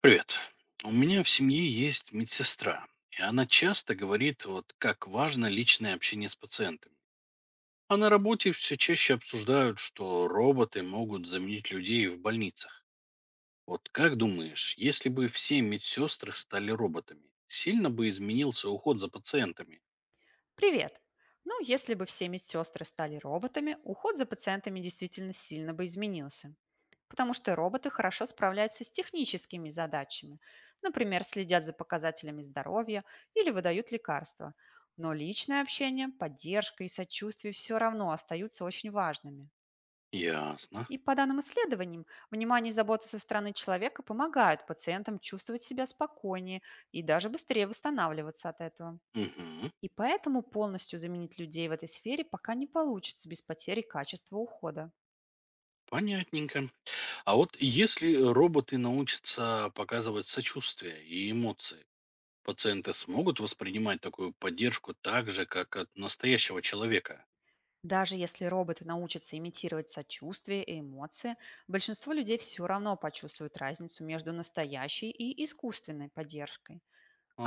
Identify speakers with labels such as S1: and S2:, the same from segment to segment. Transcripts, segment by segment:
S1: Привет. У меня в семье есть медсестра, и она часто говорит, вот как важно личное общение с пациентами. А на работе все чаще обсуждают, что роботы могут заменить людей в больницах. Вот как думаешь, если бы все медсестры стали роботами, сильно бы изменился уход за пациентами?
S2: Привет! Ну, если бы все медсестры стали роботами, уход за пациентами действительно сильно бы изменился. Потому что роботы хорошо справляются с техническими задачами. Например, следят за показателями здоровья или выдают лекарства. Но личное общение, поддержка и сочувствие все равно остаются очень важными.
S1: Ясно.
S2: И по данным исследованиям, внимание и забота со стороны человека помогают пациентам чувствовать себя спокойнее и даже быстрее восстанавливаться от этого.
S1: Мгм.
S2: И поэтому полностью заменить людей в этой сфере пока не получится без потери качества ухода.
S1: Понятненько. А вот если роботы научатся показывать сочувствие и эмоции, пациенты смогут воспринимать такую поддержку так же, как от настоящего человека?
S2: Даже если роботы научатся имитировать сочувствие и эмоции, большинство людей все равно почувствуют разницу между настоящей и искусственной поддержкой.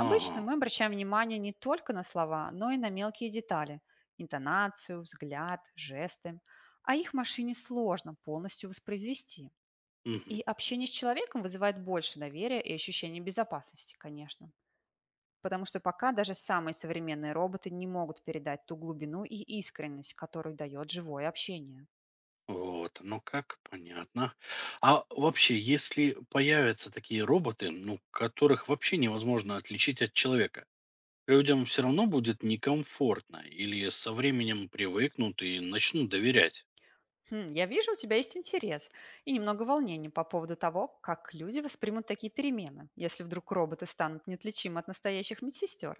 S1: Ага,
S2: мы обращаем внимание не только на слова, но и на мелкие детали– интонацию, взгляд, жесты. А их машине сложно полностью воспроизвести.
S1: мгм.
S2: И общение с человеком вызывает больше доверия и ощущение безопасности, конечно. Потому что пока даже самые современные роботы не могут передать ту глубину и искренность, которую дает живое общение.
S1: Вот, ну как, понятно. А вообще, если появятся такие роботы, ну, которых вообще невозможно отличить от человека, людям все равно будет некомфортно или со временем привыкнут и начнут доверять?
S2: Хм, я вижу, у тебя есть интерес и немного волнения по поводу того, как люди воспримут такие перемены, если вдруг роботы станут неотличимы от настоящих медсестер.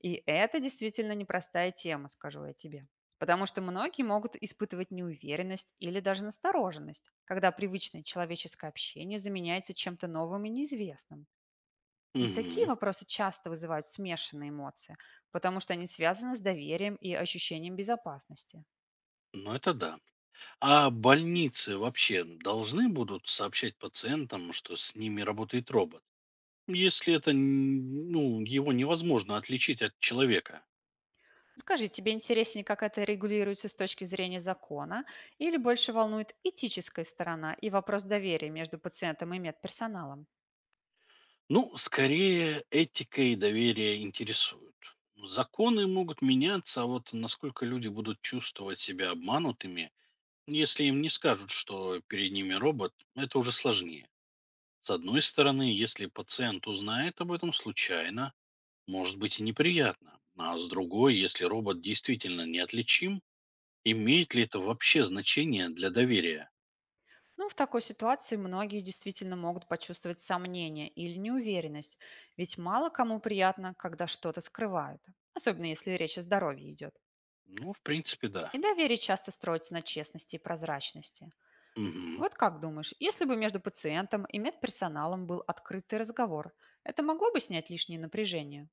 S2: И это действительно непростая тема, скажу я тебе. Потому что многие могут испытывать неуверенность или даже настороженность, когда привычное человеческое общение заменяется чем-то новым и неизвестным. И такие
S1: Угу,
S2: вопросы часто вызывают смешанные эмоции, потому что они связаны с доверием и ощущением безопасности.
S1: ну это да. А больницы вообще должны будут сообщать пациентам, что с ними работает робот? Если это, н ну, его невозможно отличить от человека.
S2: Скажи, тебе интереснее, как это регулируется с точки зрения закона, или больше волнует этическая сторона и вопрос доверия между пациентом и медперсоналом?
S1: Ну, скорее, этика и доверие интересуют. Законы могут меняться, а вот насколько люди будут чувствовать себя обманутыми, если им не скажут, что перед ними робот, это уже сложнее. С одной стороны, если пациент узнает об этом случайно, может быть и неприятно. А с другой, если робот действительно неотличим, имеет ли это вообще значение для доверия?
S2: Ну, в такой ситуации многие действительно могут почувствовать сомнение или неуверенность, ведь мало кому приятно, когда что-то скрывают, особенно если речь о здоровье идет.
S1: Ну, в принципе, да.
S2: И доверие часто строится на честности и прозрачности.
S1: Мгм.
S2: Вот как думаешь, если бы между пациентом и медперсоналом был открытый разговор, это могло бы снять лишнее напряжение?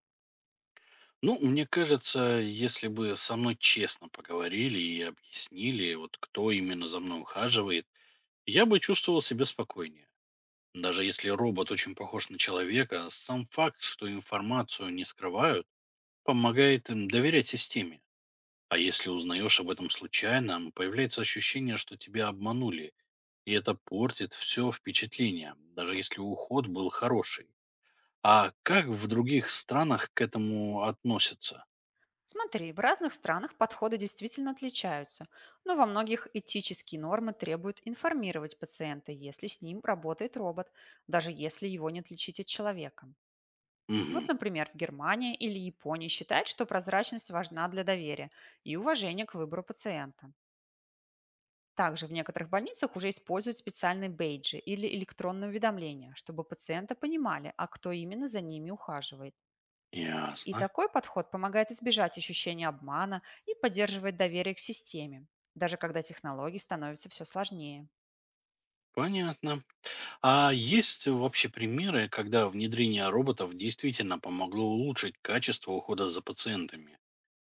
S1: Ну, мне кажется, если бы со мной честно поговорили и объяснили, вот кто именно за мной ухаживает, я бы чувствовал себя спокойнее. Даже если робот очень похож на человека, сам факт, что информацию не скрывают, помогает им доверять системе. А если узнаешь об этом случайно, появляется ощущение, что тебя обманули, и это портит все впечатление, даже если уход был хороший. А как в других странах к этому относятся?
S2: Смотри, в разных странах подходы действительно отличаются, но во многих этические нормы требуют информировать пациента, если с ним работает робот, даже если его не отличить от человека. Вот,
S1: Мгм.
S2: например, в Германии или Японии считают, что прозрачность важна для доверия и уважения к выбору пациента. Также в некоторых больницах уже используют специальные бейджи или электронные уведомления, чтобы пациенты понимали, а кто именно за ними ухаживает. И
S1: Ясно.
S2: такой подход помогает избежать ощущения обмана и поддерживает доверие к системе, даже когда технологий становится все сложнее.
S1: Понятно. А есть вообще примеры, когда внедрение роботов действительно помогло улучшить качество ухода за пациентами,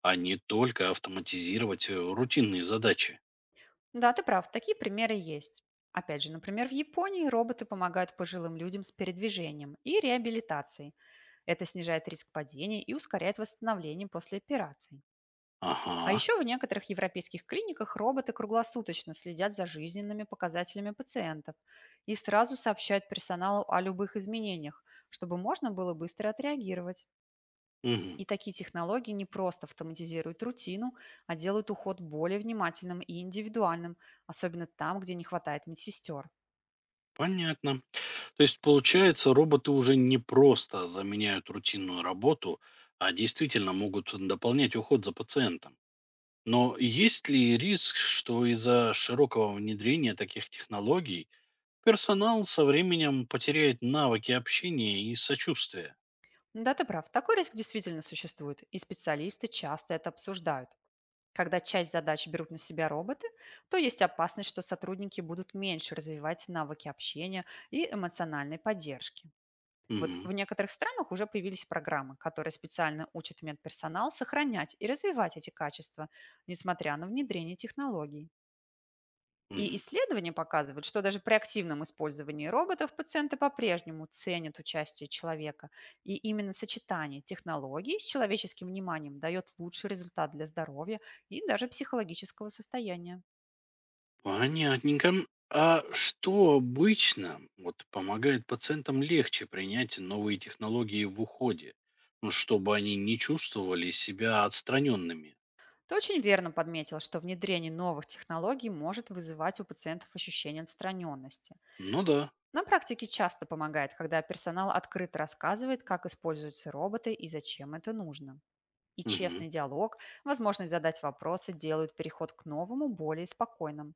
S1: а не только автоматизировать рутинные задачи?
S2: Да, ты прав, такие примеры есть. Опять же, например, в Японии роботы помогают пожилым людям с передвижением и реабилитацией. Это снижает риск падений и ускоряет восстановление после операций. А
S1: Ага.
S2: еще в некоторых европейских клиниках роботы круглосуточно следят за жизненными показателями пациентов и сразу сообщают персоналу о любых изменениях, чтобы можно было быстро отреагировать.
S1: Мгм.
S2: И такие технологии не просто автоматизируют рутину, а делают уход более внимательным и индивидуальным, особенно там, где не хватает медсестер.
S1: Понятно. То есть, получается, роботы уже не просто заменяют рутинную работу, а действительно могут дополнять уход за пациентом. Но есть ли риск, что из-за широкого внедрения таких технологий персонал со временем потеряет навыки общения и сочувствия.
S2: Да, ты прав, такой риск действительно существует, и специалисты часто это обсуждают. Когда часть задач берут на себя роботы, то есть опасность, что сотрудники будут меньше развивать навыки общения и эмоциональной поддержки. Вот
S1: Мгм,
S2: в некоторых странах уже появились программы, которые специально учат медперсонал сохранять и развивать эти качества, несмотря на внедрение технологий. И
S1: мгм.
S2: исследования показывают, что даже при активном использовании роботов пациенты по-прежнему ценят участие человека. И именно сочетание технологий с человеческим вниманием дает лучший результат для здоровья и даже психологического состояния.
S1: Понятненько. А что обычно вот, помогает пациентам легче принять новые технологии в уходе, ну, чтобы они не чувствовали себя отстраненными?
S2: Ты очень верно подметил, что внедрение новых технологий может вызывать у пациентов ощущение отстраненности.
S1: Ну да,
S2: На практике часто помогает, когда персонал открыто рассказывает, как используются роботы и зачем это нужно. И
S1: мгм,
S2: честный диалог, возможность задать вопросы делают переход к новому более спокойным.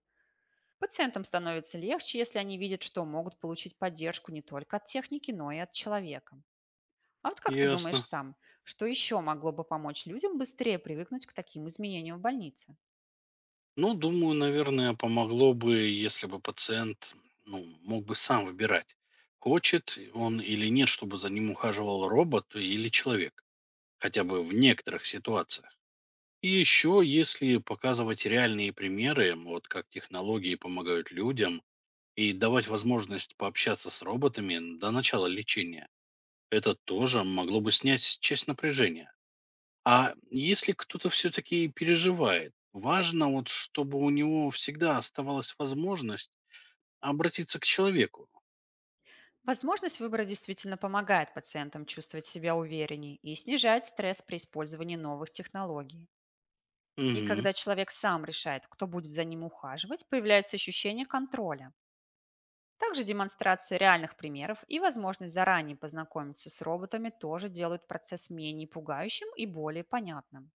S2: Пациентам становится легче, если они видят, что могут получить поддержку не только от техники, но и от человека. А вот как ты думаешь
S1: ясно.
S2: сам, что еще могло бы помочь людям быстрее привыкнуть к таким изменениям в больнице?
S1: Ну, думаю, наверное, помогло бы, если бы пациент, ну, мог бы сам выбирать, хочет он или нет, чтобы за ним ухаживал робот или человек, хотя бы в некоторых ситуациях. И еще, если показывать реальные примеры, вот как технологии помогают людям, и давать возможность пообщаться с роботами до начала лечения, это тоже могло бы снять часть напряжения. А если кто-то все-таки переживает, важно, вот, чтобы у него всегда оставалась возможность обратиться к человеку.
S2: Возможность выбора действительно помогает пациентам чувствовать себя увереннее и снижает стресс при использовании новых технологий. И
S1: Мгм.
S2: когда человек сам решает, кто будет за ним ухаживать, появляется ощущение контроля. Также демонстрация реальных примеров и возможность заранее познакомиться с роботами тоже делают процесс менее пугающим и более понятным.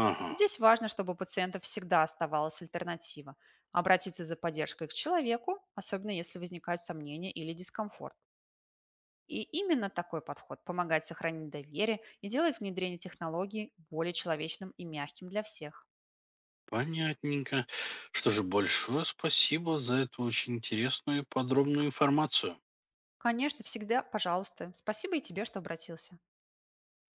S1: Ага.
S2: Здесь важно, чтобы у пациентов всегда оставалась альтернатива– обратиться за поддержкой к человеку, особенно если возникают сомнения или дискомфорт. И именно такой подход помогает сохранить доверие и делает внедрение технологии более человечным и мягким для всех.
S1: Понятненько. Что же, большое спасибо за эту очень интересную и подробную информацию.
S2: Конечно, всегда, пожалуйста. Спасибо и тебе, что обратился.